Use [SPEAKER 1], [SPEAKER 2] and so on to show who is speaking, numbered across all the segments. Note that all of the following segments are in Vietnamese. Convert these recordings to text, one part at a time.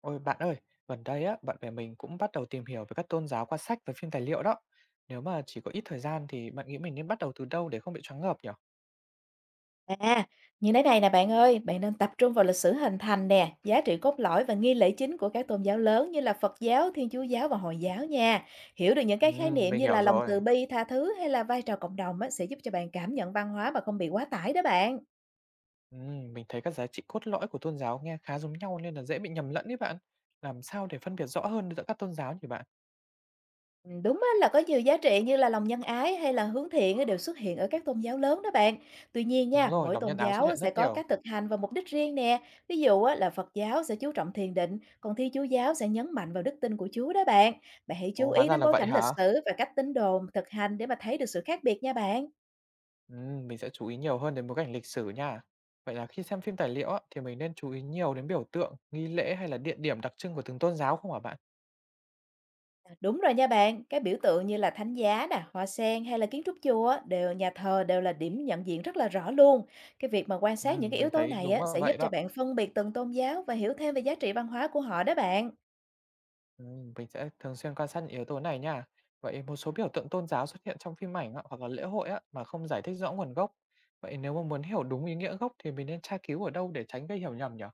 [SPEAKER 1] Ôi bạn ơi, gần đây á, bạn bè mình cũng bắt đầu tìm hiểu về các tôn giáo qua sách và phim tài liệu đó. Nếu mà chỉ có ít thời gian thì bạn nghĩ mình nên bắt đầu từ đâu để không bị choáng ngợp nhỉ?
[SPEAKER 2] À, như thế này nè bạn ơi, bạn nên tập trung vào lịch sử hình thành nè, giá trị cốt lõi và nghi lễ chính của các tôn giáo lớn như là Phật giáo, Thiên Chúa giáo và Hồi giáo nha. Hiểu được những
[SPEAKER 1] Ừ,
[SPEAKER 2] cái khái niệm
[SPEAKER 1] mình
[SPEAKER 2] như
[SPEAKER 1] hiểu
[SPEAKER 2] là lòng từ
[SPEAKER 1] rồi.
[SPEAKER 2] bi, tha thứ hay là vai trò cộng đồng á, sẽ giúp cho bạn cảm nhận văn hóa mà không bị quá tải đó bạn.
[SPEAKER 1] Ừ, mình thấy các giá trị cốt lõi của tôn giáo nghe khá giống nhau nên là dễ bị nhầm lẫn đấy bạn. Làm sao để phân biệt rõ hơn giữa các tôn giáo nhỉ bạn?
[SPEAKER 2] Đúng á là có nhiều giá trị như là lòng nhân ái hay là hướng thiện á đều xuất hiện ở các tôn giáo lớn đó bạn. Tuy nhiên
[SPEAKER 1] Đúng
[SPEAKER 2] nha,
[SPEAKER 1] rồi,
[SPEAKER 2] mỗi
[SPEAKER 1] lòng
[SPEAKER 2] tôn
[SPEAKER 1] nhân ái xuất
[SPEAKER 2] giáo á
[SPEAKER 1] hiện
[SPEAKER 2] sẽ
[SPEAKER 1] rất
[SPEAKER 2] có
[SPEAKER 1] nhiều.
[SPEAKER 2] cách thực hành và mục đích riêng nè. Ví dụ á là Phật giáo sẽ chú trọng thiền định, còn Thiên Chúa giáo sẽ nhấn mạnh vào đức tin của Chúa đó bạn. Bạn hãy chú
[SPEAKER 1] Ồ, hóa
[SPEAKER 2] ý
[SPEAKER 1] ra
[SPEAKER 2] đến
[SPEAKER 1] là
[SPEAKER 2] bối
[SPEAKER 1] vậy
[SPEAKER 2] cảnh lịch
[SPEAKER 1] hả?
[SPEAKER 2] sử và cách tín đồ thực hành để mà thấy được sự khác biệt nha bạn.
[SPEAKER 1] Ừ, mình sẽ chú ý nhiều hơn đến bối cảnh lịch sử nha. Vậy là khi xem phim tài liệu á, thì mình nên chú ý nhiều đến biểu tượng, nghi lễ hay là địa điểm đặc trưng của từng tôn giáo không hả bạn?
[SPEAKER 2] Đúng rồi nha bạn, các biểu tượng như là thánh giá nè, hoa sen hay là kiến trúc chùa á, đều nhà thờ đều là điểm nhận diện rất là rõ luôn. Cái việc mà quan sát những cái yếu
[SPEAKER 1] Mình
[SPEAKER 2] tố
[SPEAKER 1] thấy
[SPEAKER 2] này
[SPEAKER 1] đúng
[SPEAKER 2] á
[SPEAKER 1] là
[SPEAKER 2] sẽ giúp
[SPEAKER 1] vậy
[SPEAKER 2] cho
[SPEAKER 1] đó.
[SPEAKER 2] bạn phân biệt từng tôn giáo và hiểu thêm về giá trị văn hóa của họ đó bạn.
[SPEAKER 1] Mình sẽ thường xuyên quan sát những yếu tố này nha. Vậy một số biểu tượng tôn giáo xuất hiện trong phim ảnh á, hoặc là lễ hội á, mà không giải thích rõ nguồn gốc. Vậy nếu mà muốn hiểu đúng ý nghĩa gốc thì mình nên tra cứu ở đâu để tránh gây hiểu nhầm nhỉ?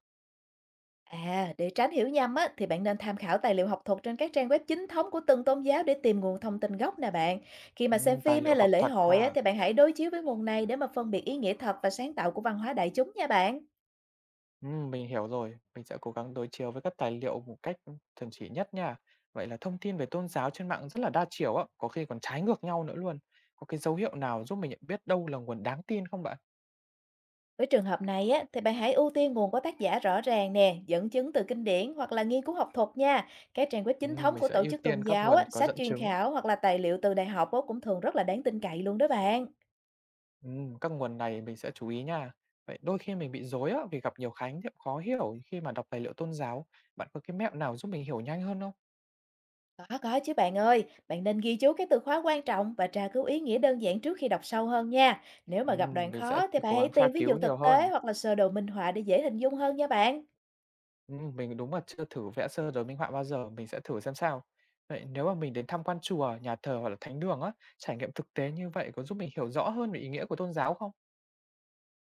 [SPEAKER 2] À, để tránh hiểu nhầm á thì bạn nên tham khảo tài liệu học thuật trên các trang web chính thống của từng tôn giáo để tìm nguồn thông tin gốc nè bạn. Khi mà xem
[SPEAKER 1] Tài
[SPEAKER 2] phim
[SPEAKER 1] liệu
[SPEAKER 2] hay là
[SPEAKER 1] học
[SPEAKER 2] lễ
[SPEAKER 1] thuật
[SPEAKER 2] hội á
[SPEAKER 1] ha.
[SPEAKER 2] thì bạn hãy đối chiếu với nguồn này để mà phân biệt ý nghĩa thật và sáng tạo của văn hóa đại chúng nha bạn.
[SPEAKER 1] Mình hiểu rồi. Mình sẽ cố gắng đối chiếu với các tài liệu một cách chuẩn chỉ nhất nha. Vậy là thông tin về tôn giáo trên mạng rất là đa chiều á, có khi còn trái ngược nhau nữa luôn. Có cái dấu hiệu nào giúp mình nhận biết đâu là nguồn đáng tin không bạn?
[SPEAKER 2] Với trường hợp này á, thì bạn hãy ưu tiên nguồn có tác giả rõ ràng nè, dẫn chứng từ kinh điển hoặc là nghiên cứu học thuật nha. Các trang web chính thống
[SPEAKER 1] Mình
[SPEAKER 2] của
[SPEAKER 1] sẽ
[SPEAKER 2] tổ
[SPEAKER 1] ưu
[SPEAKER 2] chức tôn
[SPEAKER 1] tiên các
[SPEAKER 2] giáo á,
[SPEAKER 1] nguồn có
[SPEAKER 2] sách
[SPEAKER 1] dẫn
[SPEAKER 2] chuyên
[SPEAKER 1] chứng.
[SPEAKER 2] khảo hoặc là tài liệu từ đại học á, cũng thường rất là đáng tin cậy luôn đó bạn.
[SPEAKER 1] Các nguồn này mình sẽ chú ý nha. Vậy đôi khi mình bị rối á vì gặp nhiều khái niệm khó hiểu khi mà đọc tài liệu tôn giáo. Bạn có cái mẹo nào giúp mình hiểu nhanh hơn không?
[SPEAKER 2] Có chứ bạn ơi, bạn nên ghi chú các từ khóa quan trọng và tra cứu ý nghĩa đơn giản trước khi đọc sâu hơn nha. Nếu mà gặp
[SPEAKER 1] Ừm,
[SPEAKER 2] đoạn
[SPEAKER 1] mình sẽ
[SPEAKER 2] khó thì
[SPEAKER 1] thì
[SPEAKER 2] bạn
[SPEAKER 1] cố
[SPEAKER 2] hãy
[SPEAKER 1] gắng tra
[SPEAKER 2] tìm ví
[SPEAKER 1] cứu
[SPEAKER 2] dụ
[SPEAKER 1] nhiều
[SPEAKER 2] thực tế
[SPEAKER 1] hơn.
[SPEAKER 2] hoặc là sơ đồ minh họa để dễ hình dung hơn nha bạn.
[SPEAKER 1] Mình đúng là chưa thử vẽ sơ đồ minh họa bao giờ, mình sẽ thử xem sao. Vậy nếu mà mình đến tham quan chùa, nhà thờ hoặc là thánh đường á, trải nghiệm thực tế như vậy có giúp mình hiểu rõ hơn về ý nghĩa của tôn giáo không?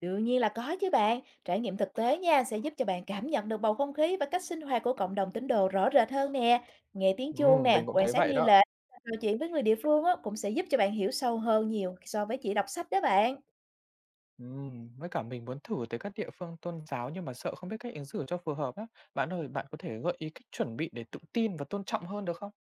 [SPEAKER 2] Đương nhiên là có chứ bạn, trải nghiệm thực tế nha sẽ giúp cho bạn cảm nhận được bầu không khí và cách sinh hoạt của cộng đồng tín đồ rõ rệt hơn nè. Nghe tiếng chuông nè,
[SPEAKER 1] Mình cũng
[SPEAKER 2] quan
[SPEAKER 1] thấy
[SPEAKER 2] sát
[SPEAKER 1] vậy
[SPEAKER 2] nghi
[SPEAKER 1] đó.
[SPEAKER 2] lễ, trò chuyện với người địa phương á, cũng sẽ giúp cho bạn hiểu sâu hơn nhiều so với chỉ đọc sách đó bạn.
[SPEAKER 1] Với cả mình muốn thử tới các địa phương tôn giáo nhưng mà sợ không biết cách ứng xử cho phù hợp á. Bạn ơi, bạn có thể gợi ý cách chuẩn bị để tự tin và tôn trọng hơn được không?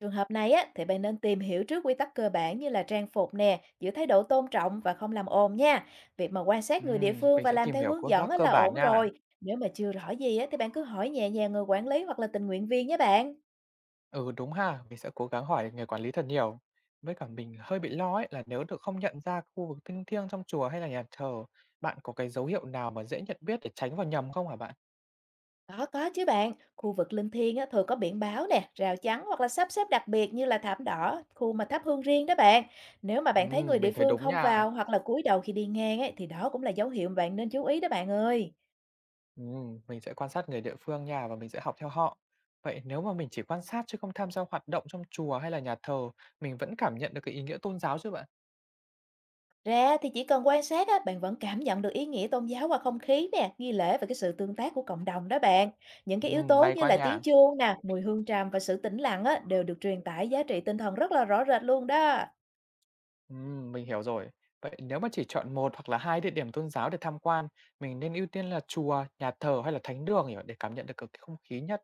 [SPEAKER 2] Trường hợp này á, thì bạn nên tìm hiểu trước quy tắc cơ bản như là trang phục nè, giữ thái độ tôn trọng và không làm ồn nha. Việc mà quan sát người địa phương
[SPEAKER 1] Mình
[SPEAKER 2] và
[SPEAKER 1] sẽ
[SPEAKER 2] làm
[SPEAKER 1] tìm
[SPEAKER 2] theo
[SPEAKER 1] hiểu
[SPEAKER 2] hướng
[SPEAKER 1] quốc
[SPEAKER 2] dẫn
[SPEAKER 1] giác
[SPEAKER 2] á,
[SPEAKER 1] cơ
[SPEAKER 2] là ổn
[SPEAKER 1] bản nha.
[SPEAKER 2] rồi. Nếu mà chưa rõ gì á, thì bạn cứ hỏi nhẹ nhàng người quản lý hoặc là tình nguyện viên nhé bạn.
[SPEAKER 1] Ừ đúng ha, mình sẽ cố gắng hỏi người quản lý thật nhiều. Với cả mình hơi bị lo ấy là nếu được không nhận ra khu vực linh thiêng trong chùa hay là nhà thờ, bạn có cái dấu hiệu nào mà dễ nhận biết để tránh vào nhầm không hả bạn?
[SPEAKER 2] Có chứ bạn. Khu vực linh thiêng á, thường có biển báo nè, rào chắn hoặc là sắp xếp đặc biệt như là thảm đỏ, khu mà thắp hương riêng đó bạn. Nếu mà bạn thấy người địa
[SPEAKER 1] Mình thấy
[SPEAKER 2] phương
[SPEAKER 1] đúng
[SPEAKER 2] không
[SPEAKER 1] nha.
[SPEAKER 2] vào hoặc là cúi đầu khi đi ngang ấy, thì đó cũng là dấu hiệu mà bạn nên chú ý đó bạn ơi.
[SPEAKER 1] Mình sẽ quan sát người địa phương nha và mình sẽ học theo họ. Vậy nếu mà mình chỉ quan sát chứ không tham gia hoạt động trong chùa hay là nhà thờ, mình vẫn cảm nhận được cái ý nghĩa tôn giáo chứ bạn?
[SPEAKER 2] Ra thì chỉ cần quan sát á, bạn vẫn cảm nhận được ý nghĩa tôn giáo qua không khí nè, nghi lễ và cái sự tương tác của cộng đồng đó bạn. Những cái yếu tố
[SPEAKER 1] May
[SPEAKER 2] như
[SPEAKER 1] quá
[SPEAKER 2] là tiếng
[SPEAKER 1] nha.
[SPEAKER 2] chuông nè, mùi hương trầm và sự tĩnh lặng á, đều được truyền tải giá trị tinh thần rất là rõ rệt luôn đó.
[SPEAKER 1] Mình hiểu rồi. Vậy nếu mà chỉ chọn một hoặc là hai địa điểm tôn giáo để tham quan, mình nên ưu tiên là chùa, nhà thờ hay là thánh đường nhỉ? Để cảm nhận được cái không khí nhất.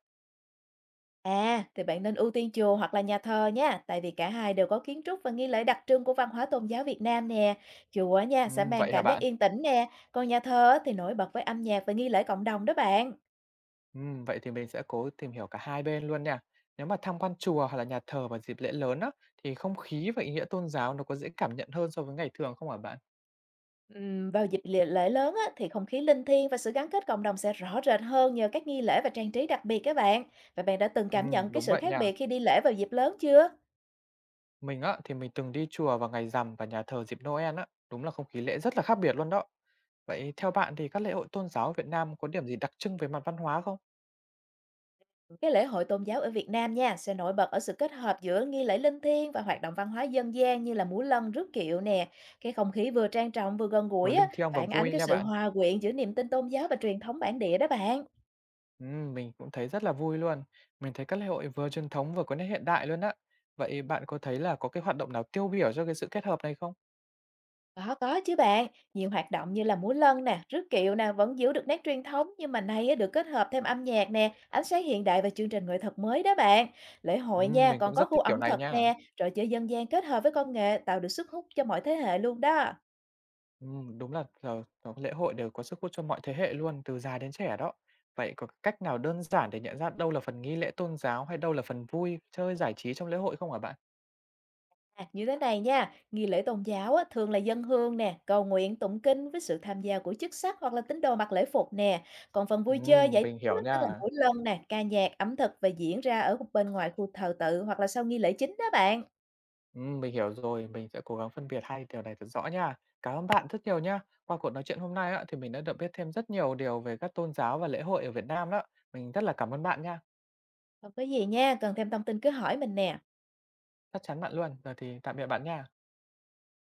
[SPEAKER 2] À, thì bạn nên ưu tiên chùa hoặc là nhà thờ nha, tại vì cả hai đều có kiến trúc và nghi lễ đặc trưng của văn hóa tôn giáo Việt Nam nè. Chùa á nha sẽ mang
[SPEAKER 1] Vậy hả
[SPEAKER 2] cảm giác
[SPEAKER 1] bạn?
[SPEAKER 2] yên tĩnh nè, còn nhà thờ á thì nổi bật với âm nhạc và nghi lễ cộng đồng đó bạn.
[SPEAKER 1] Vậy thì mình sẽ cố tìm hiểu cả hai bên luôn nha. Nếu mà tham quan chùa hoặc là nhà thờ vào dịp lễ lớn á, thì không khí và ý nghĩa tôn giáo nó có dễ cảm nhận hơn so với ngày thường không hả bạn?
[SPEAKER 2] Vào dịp lễ lễ lớn á, thì không khí linh thiêng và sự gắn kết cộng đồng sẽ rõ rệt hơn nhờ các nghi lễ và trang trí đặc biệt các bạn. Và bạn đã từng cảm nhận cái
[SPEAKER 1] Đúng
[SPEAKER 2] sự
[SPEAKER 1] vậy
[SPEAKER 2] khác
[SPEAKER 1] nha.
[SPEAKER 2] biệt khi đi lễ vào dịp lớn chưa?
[SPEAKER 1] Mình á thì mình từng đi chùa vào ngày rằm và nhà thờ dịp Noel á, đúng là không khí lễ rất là khác biệt luôn đó. Vậy theo bạn thì các lễ hội tôn giáo ở Việt Nam có điểm gì đặc trưng về mặt văn hóa không?
[SPEAKER 2] Cái lễ hội tôn giáo ở Việt Nam nha sẽ nổi bật ở sự kết hợp giữa nghi lễ linh thiêng và hoạt động văn hóa dân gian như là múa lân, rước kiệu nè. Cái không khí vừa trang trọng vừa gần gũi
[SPEAKER 1] Vừa
[SPEAKER 2] á,
[SPEAKER 1] linh thiêng và
[SPEAKER 2] phản ánh
[SPEAKER 1] vui
[SPEAKER 2] cái
[SPEAKER 1] nha
[SPEAKER 2] sự
[SPEAKER 1] bạn.
[SPEAKER 2] hòa quyện giữa niềm tin tôn giáo và truyền thống bản địa đó bạn.
[SPEAKER 1] Mình cũng thấy rất là vui luôn. Mình thấy các lễ hội vừa truyền thống vừa có nét hiện đại luôn á. Vậy bạn có thấy là có cái hoạt động nào tiêu biểu cho cái sự kết hợp này không?
[SPEAKER 2] Có chứ bạn, nhiều hoạt động như là múa lân nè, rước kiệu nè vẫn giữ được nét truyền thống nhưng mà nay á, được kết hợp thêm âm nhạc nè, ánh sáng hiện đại và chương trình nghệ thuật mới đó bạn. Lễ hội nha
[SPEAKER 1] Mình
[SPEAKER 2] còn
[SPEAKER 1] cũng
[SPEAKER 2] có
[SPEAKER 1] rất
[SPEAKER 2] khu
[SPEAKER 1] thích kiểu
[SPEAKER 2] ẩm
[SPEAKER 1] này
[SPEAKER 2] thực
[SPEAKER 1] nha.
[SPEAKER 2] nè, trò chơi dân gian kết hợp với công nghệ tạo được sức hút cho mọi thế hệ luôn đó.
[SPEAKER 1] Đúng là giờ giờ lễ hội đều có sức hút cho mọi thế hệ luôn, từ già đến trẻ đó. Vậy có cách nào đơn giản để nhận ra đâu là phần nghi lễ tôn giáo hay đâu là phần vui, chơi, giải trí trong lễ hội không hả bạn?
[SPEAKER 2] À, như thế này nha, nghi lễ tôn giáo á, thường là dâng hương nè, cầu nguyện, tụng kinh với sự tham gia của chức sắc hoặc là tín đồ mặc lễ phục nè. Còn phần vui chơi giải trí
[SPEAKER 1] Mình
[SPEAKER 2] á,
[SPEAKER 1] hiểu
[SPEAKER 2] tức là
[SPEAKER 1] nha.
[SPEAKER 2] múa lân nè, ca nhạc, ẩm thực và diễn ra ở bên ngoài khu thờ tự hoặc là sau nghi lễ chính đó bạn.
[SPEAKER 1] Mình hiểu rồi, mình sẽ cố gắng phân biệt hai điều này thật rõ nha. Cảm ơn bạn rất nhiều nha. Qua cuộc nói chuyện hôm nay á, thì mình đã được biết thêm rất nhiều điều về các tôn giáo và lễ hội ở Việt Nam đó. Mình rất là cảm ơn bạn nha.
[SPEAKER 2] Còn có gì nha, cần thêm thông tin cứ hỏi mình nè.
[SPEAKER 1] Chắc chắn bạn luôn. Giờ thì tạm biệt bạn nha.